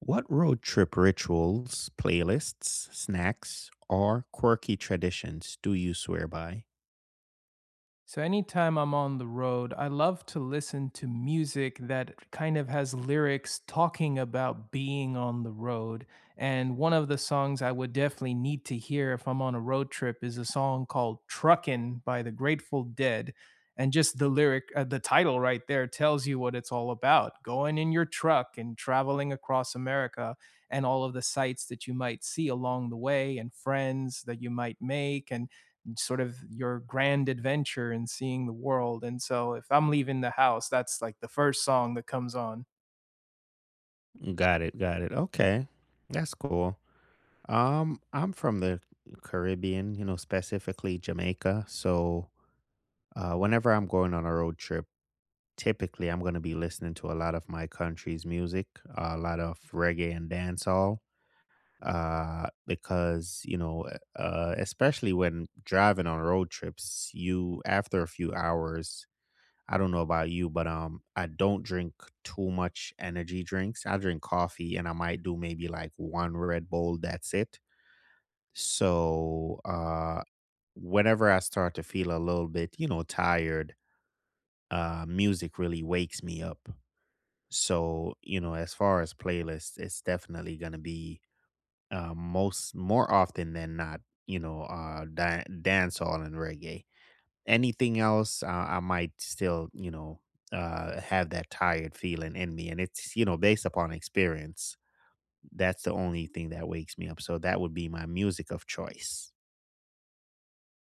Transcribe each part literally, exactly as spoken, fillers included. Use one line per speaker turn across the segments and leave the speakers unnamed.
What road trip rituals, playlists, snacks, or quirky traditions do you swear by?
So anytime I'm on the road, I love to listen to music that kind of has lyrics talking about being on the road. And one of the songs I would definitely need to hear if I'm on a road trip is a song called Truckin' by the Grateful Dead. And just the lyric, uh, the title right there tells you what it's all about, going in your truck and traveling across America and all of the sights that you might see along the way and friends that you might make and sort of your grand adventure and seeing the world. And so if I'm leaving the house, that's like the first song that comes on.
Got it, got it. Okay. That's cool. Um, I'm from the Caribbean, you know, specifically Jamaica. So, uh, whenever I'm going on a road trip, typically I'm going to be listening to a lot of my country's music, a lot of reggae and dancehall. Uh, because you know, uh, especially when driving on road trips, you after a few hours, I don't know about you, but um, I don't drink too much energy drinks. I drink coffee, and I might do maybe like one Red Bull. That's it. So, uh, whenever I start to feel a little bit, you know, tired, uh, music really wakes me up. So, you know, as far as playlists, it's definitely gonna be uh, most more often than not, you know, uh, da- dancehall and reggae anything else, uh, I might still, you know, uh, have that tired feeling in me. And it's, you know, based upon experience. That's the only thing that wakes me up. So that would be my music of choice.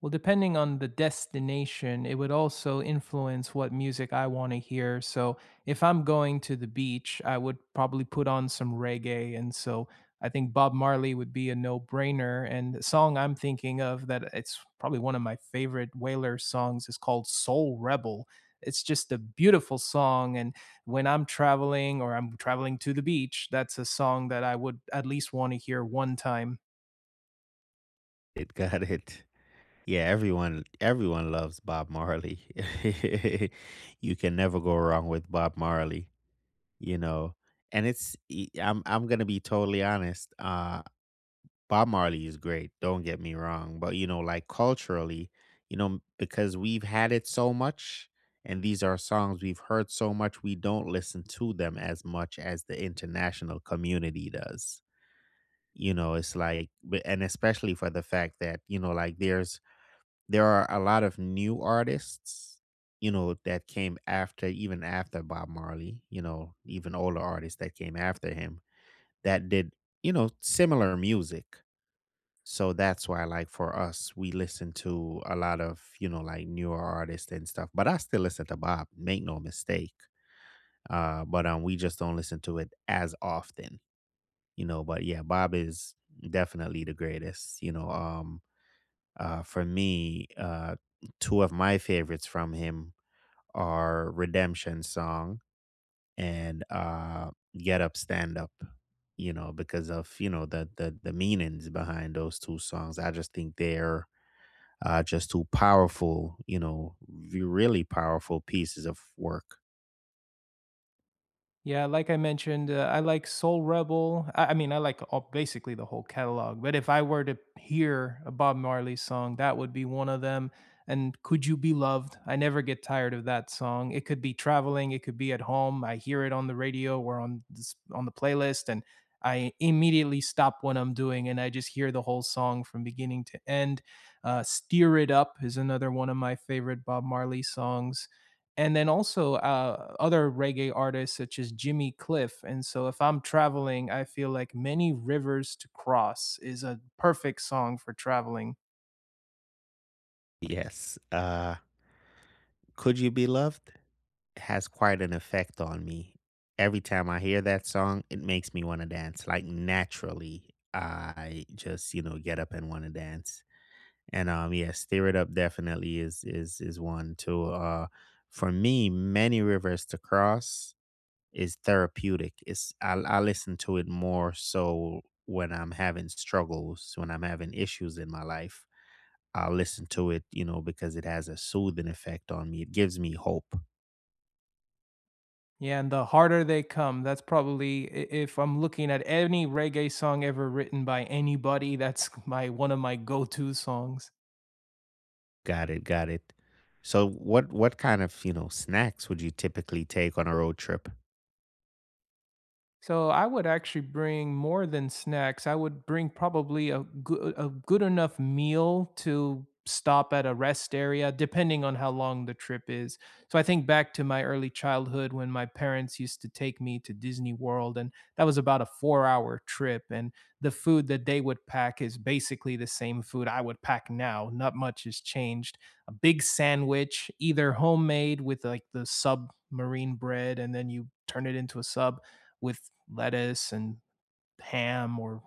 Well, depending on the destination, it would also influence what music I want to hear. So, if I'm going to the beach, I would probably put on some reggae. And so, I think Bob Marley would be a no brainer. And the song I'm thinking of that it's probably one of my favorite Whaler songs is called Soul Rebel. It's just a beautiful song. And when I'm traveling or I'm traveling to the beach, that's a song that I would at least want to hear one time.
It got it. Yeah, everyone everyone loves Bob Marley. You can never go wrong with Bob Marley, you know. And it's e- I'm I'm going to be totally honest. Uh Bob Marley is great, don't get me wrong, but, you know, like, culturally, you know, because we've had it so much and these are songs we've heard so much, we don't listen to them as much as the international community does. You know, it's like b and especially for the fact that, you know, like, there's there are a lot of new artists, you know, that came after even after Bob Marley, you know, even older artists that came after him that did, you know, similar music. So that's why, like for us, we listen to a lot of you know like newer artists and stuff. But I still listen to Bob. Make no mistake. Uh, but um, we just don't listen to it as often, you know. But yeah, Bob is definitely the greatest. You know, um, uh, for me, uh, two of my favorites from him are "Redemption Song" and uh, "Get Up, Stand Up." You know, because of you know the the the meanings behind those two songs. I just think they're uh, just two powerful, you know, re- really powerful pieces of work.
Yeah, like I mentioned, uh, I like Soul Rebel. I, I mean, I like all, basically the whole catalog. But if I were to hear a Bob Marley song, that would be one of them. And Could You Be Loved? I never get tired of that song. It could be traveling, it could be at home. I hear it on the radio or on this, on the playlist, and I immediately stop what I'm doing and I just hear the whole song from beginning to end. Uh, Steer It Up is another one of my favorite Bob Marley songs, and then also uh, other reggae artists such as Jimmy Cliff. And so, if I'm traveling, I feel like Many Rivers to Cross is a perfect song for traveling.
Yes. Uh, Could You Be Loved has quite an effect on me. Every time I hear that song, it makes me want to dance. Like naturally, I just, you know, get up and want to dance. And um, yeah, Stir It Up definitely is is is one to uh for me, many rivers to cross is therapeutic. It's I I listen to it more so when I'm having struggles, when I'm having issues in my life. I'll listen to it, you know, because it has a soothing effect on me. It gives me hope.
Yeah, and The Harder They Come, that's probably, i- if I'm looking at any reggae song ever written by anybody, that's my one of my go to songs.
Got it, got it. So what what kind of, you know, snacks would you typically take on a road trip?
So I would actually bring more than snacks. I would bring probably a good a good enough meal to stop at a rest area depending on how long the trip is. So I think back to my early childhood when my parents used to take me to Disney World, and that was about a four-hour trip, and the food that they would pack is basically the same food I would pack now. Not much has changed. A big sandwich, either homemade with like the submarine bread and then you turn it into a sub with lettuce and ham, or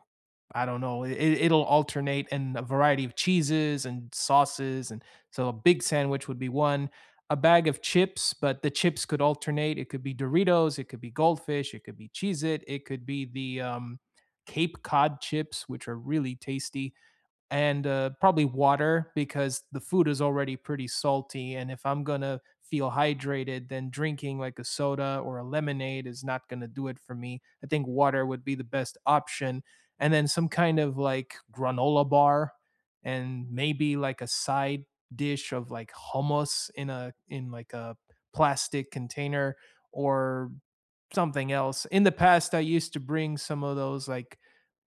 I don't know. It, it'll alternate, and a variety of cheeses and sauces. And so a big sandwich would be one, a bag of chips, but the chips could alternate. It could be Doritos, it could be Goldfish, it could be Cheez It, it could be the um, Cape Cod chips, which are really tasty, and uh, probably water because the food is already pretty salty. And if I'm gonna feel hydrated, then drinking like a soda or a lemonade is not gonna do it for me. I think water would be the best option, and then some kind of like granola bar, and maybe like a side dish of like hummus in a in like a plastic container or something else. In the past, I used to bring some of those like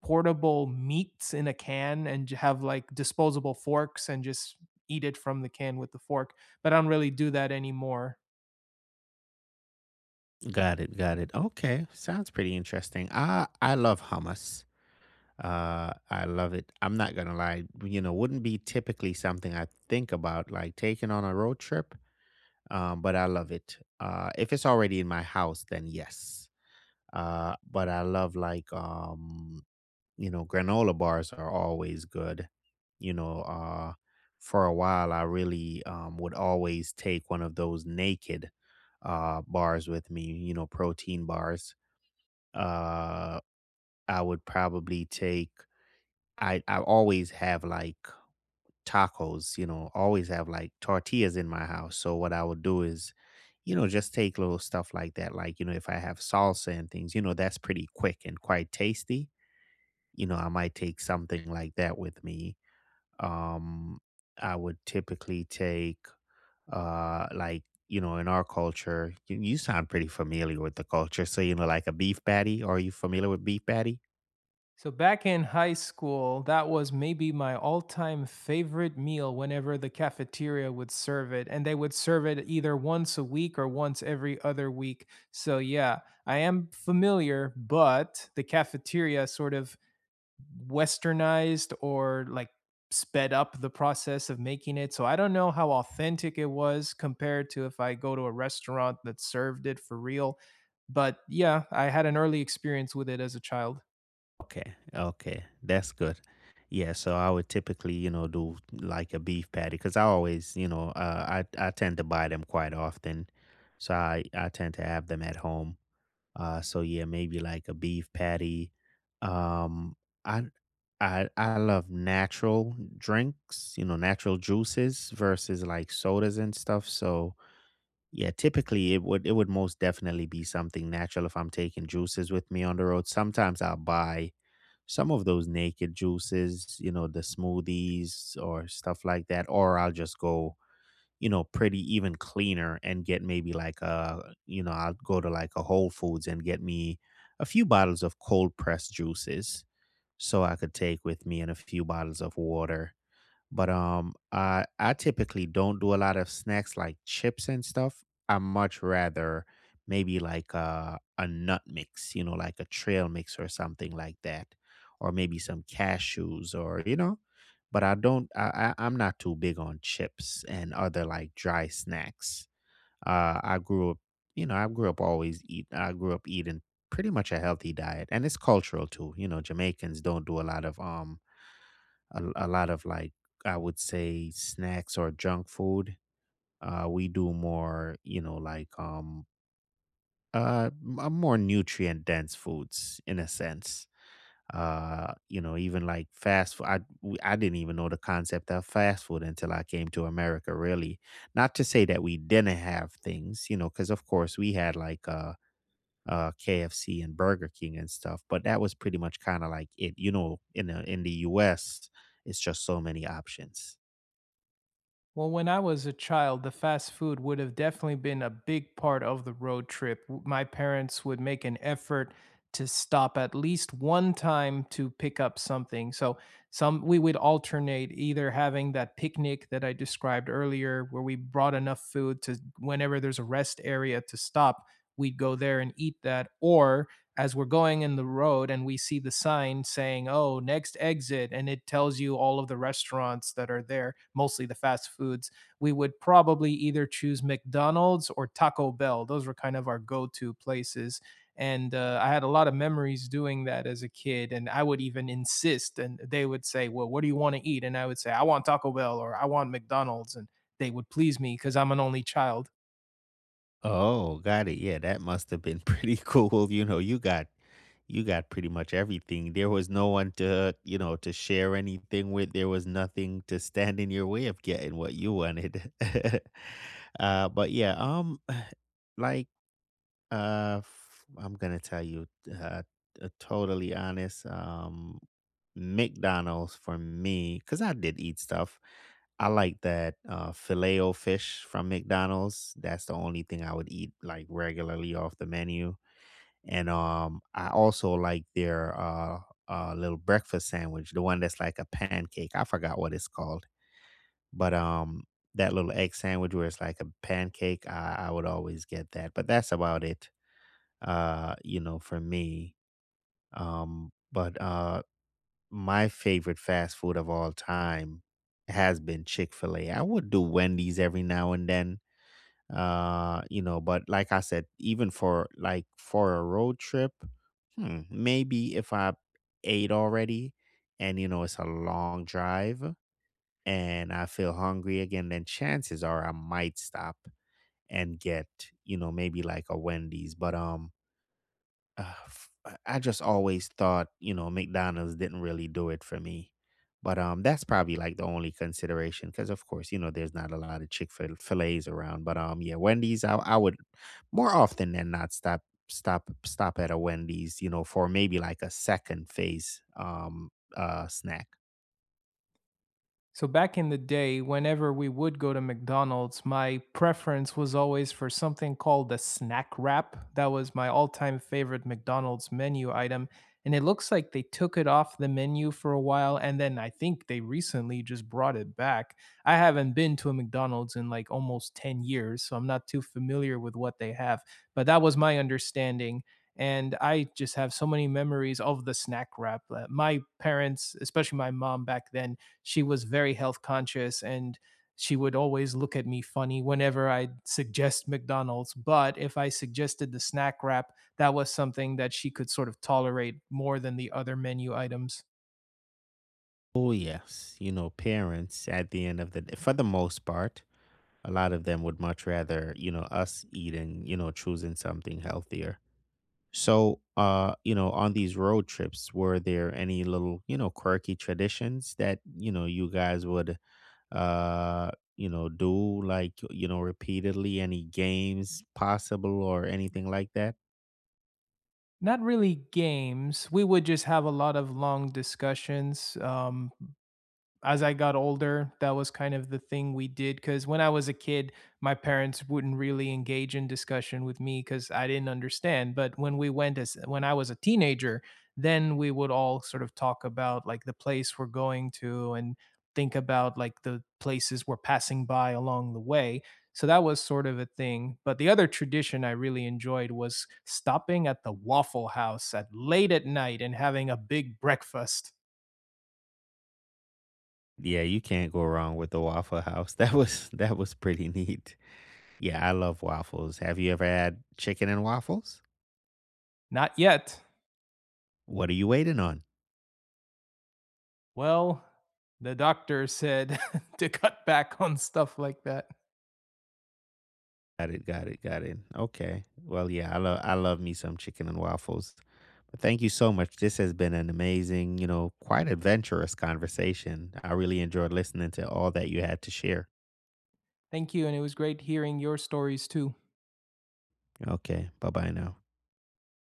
portable meats in a can and have like disposable forks and just eat it from the can with the fork, but I don't really do that anymore.
Got it, got it. Okay, sounds pretty interesting. I I love hummus. Uh, I love it. I'm not gonna lie, you know, wouldn't be typically something I think about like taking on a road trip, um, but I love it. Uh, if it's already in my house, then yes. Uh, but I love like um, you know, granola bars are always good. You know, uh, for a while I really um would always take one of those naked uh bars with me. You know, protein bars. Uh, I would probably take. I I always have like tacos, you know, always have like tortillas in my house. So what I would do is, you know, just take little stuff like that. Like, you know, if I have salsa and things, you know, that's pretty quick and quite tasty. You know, I might take something like that with me. Um, I would typically take uh like, you know, in our culture, you, you sound pretty familiar with the culture. So, you know, like a beef patty. Are you familiar with beef patty?
So back in high school, that was maybe my all-time favorite meal whenever the cafeteria would serve it, and they would serve it either once a week or once every other week. So yeah, I am familiar, but the cafeteria sort of westernized or like sped up the process of making it. So I don't know how authentic it was compared to if I go to a restaurant that served it for real. But yeah, I had an early experience with it as a child.
Okay, okay, that's good. Yeah, so I would typically, you know, do like a beef patty because I always, you know, uh, I I tend to buy them quite often, so I I tend to have them at home. Uh, so yeah, maybe like a beef patty. Um, I I I love natural drinks, you know, natural juices versus like sodas and stuff. So yeah, typically it would it would most definitely be something natural if I'm taking juices with me on the road. Sometimes I'll buy some of those naked juices, you know, the smoothies or stuff like that, or I'll just go, you know, pretty even cleaner and get maybe like a, you know, I'll go to like a Whole Foods and get me a few bottles of cold pressed juices so I could take with me and a few bottles of water but um, I I typically don't do a lot of snacks like chips and stuff. I much rather maybe like a a nut mix, you know, like a trail mix or something like that, or maybe some cashews or you know. But I don't. I, I I'm not too big on chips and other like dry snacks. Uh, I grew up, you know, I grew up always eat. I grew up eating pretty much a healthy diet, and it's cultural too. You know, Jamaicans don't do a lot of um a, a lot of like I would say snacks or junk food. Uh, we do more, you know, like um, uh, m- uh, more nutrient dense foods in a sense. Uh, you know, even like fast food. I we- I didn't even know the concept of fast food until I came to America. Really, not to say that we didn't have things, you know, because of course we had like uh, uh K F C and Burger King and stuff, but that was pretty much kind of like it. You know, in the in the U S, it's just so many options.
Well, when I was a child, the fast food would have definitely been a big part of the road trip. W- My parents would make an effort to stop at least one time to pick up something. So, some we would alternate, either having that picnic that I described earlier where we brought enough food to whenever there's a rest area to stop, we'd go there and eat that, or as we're going in the road and we see the sign saying, oh, next exit, and it tells you all of the restaurants that are there, mostly the fast foods, we would probably either choose McDonald's or Taco Bell. Those were kind of our go to places. And uh, I had a lot of memories doing that as a kid. And I would even insist, and they would say, well, what do you want to eat? And I would say, I want Taco Bell or I want McDonald's. And they would please me because I'm an only child.
Oh, got it. Yeah, that must have been pretty cool. You know, you got you got pretty much everything. There was no one to, you know, to share anything with. There was nothing to stand in your way of getting what you wanted. uh, but yeah, um, like uh, f- I'm gonna tell you, uh, uh, totally honest. Um, McDonald's for me, because I did eat stuff. I like that uh, filet o fish from McDonald's. That's the only thing I would eat like regularly off the menu. And um, I also like their uh, uh, little breakfast sandwich, the one that's like a pancake. I forgot what it's called, but um, that little egg sandwich where it's like a pancake. I, I would always get that, but that's about it uh, you know, for me. Um, but uh, my favorite fast food of all time has been Chick fil A. I would do Wendy's every now and then, uh, you know, but like I said, even for like for a road trip, hmm, maybe if I ate already and, you know, it's a long drive and I feel hungry again, then chances are I might stop and get, you know, maybe like a Wendy's. But, um, Uh, f I I just always thought, you know, McDonald's didn't really do it for me. But, um, that's probably, like, the only consideration because of course, you know, there's not a lot of Chick-fil A's around, but, um, yeah, Wendy's, I I would more often than not stop stop stop at a Wendy's, you know, for maybe, like, a second phase, um, uh, snack.
So back in the day, whenever we would go to McDonald's, my preference was always for something called the snack wrap. That was my all-time favorite McDonald's menu item, and it looks like they took it off the menu for a while, and then I think they recently just brought it back. I haven't been to a McDonald's in like almost ten years, so I'm not too familiar with what they have, but that was my understanding, and I just have so many memories of the snack wrap. Uh, My parents, especially my mom back then, she was very health conscious, and she would always look at me funny whenever I suggest McDonald's. But if I suggested the snack wrap, that was something that she could sort of tolerate more than the other menu items.
Oh, yes. You know, parents at the end of the d for the most part, a lot of them would much rather, you know, us eating, you know, choosing something healthier. So, uh, you know, on these road trips, were there any little, you know, quirky traditions that, you know, you guys would, uh, you know, do like, you know, repeatedly? Any games possible or anything like that?
Not really games. We would just have a lot of long discussions. Um, as I got older, that was kind of the thing we did, because when I was a kid, my parents wouldn't really engage in discussion with me because I didn't understand. But when we went as when I was a teenager, then we would all sort of talk about like the place we're going to and think about like the places we're passing by along the way. So that was sort of a thing. But the other tradition I really enjoyed was stopping at the Waffle House at late at night and having a big breakfast.
Yeah, you can't go wrong with the Waffle House. That was that was pretty neat. Yeah, I love waffles. Have you ever had chicken and waffles?
Not yet.
What are you waiting on?
Well, the doctor said to cut back on stuff like that.
Got it, got it, got it. Okay. Well, yeah, I love I love me some chicken and waffles. But thank you so much. This has been an amazing, you know, quite adventurous conversation. I really enjoyed listening to all that you had to share.
Thank you, and it was great hearing your stories too.
Okay. Bye-bye now.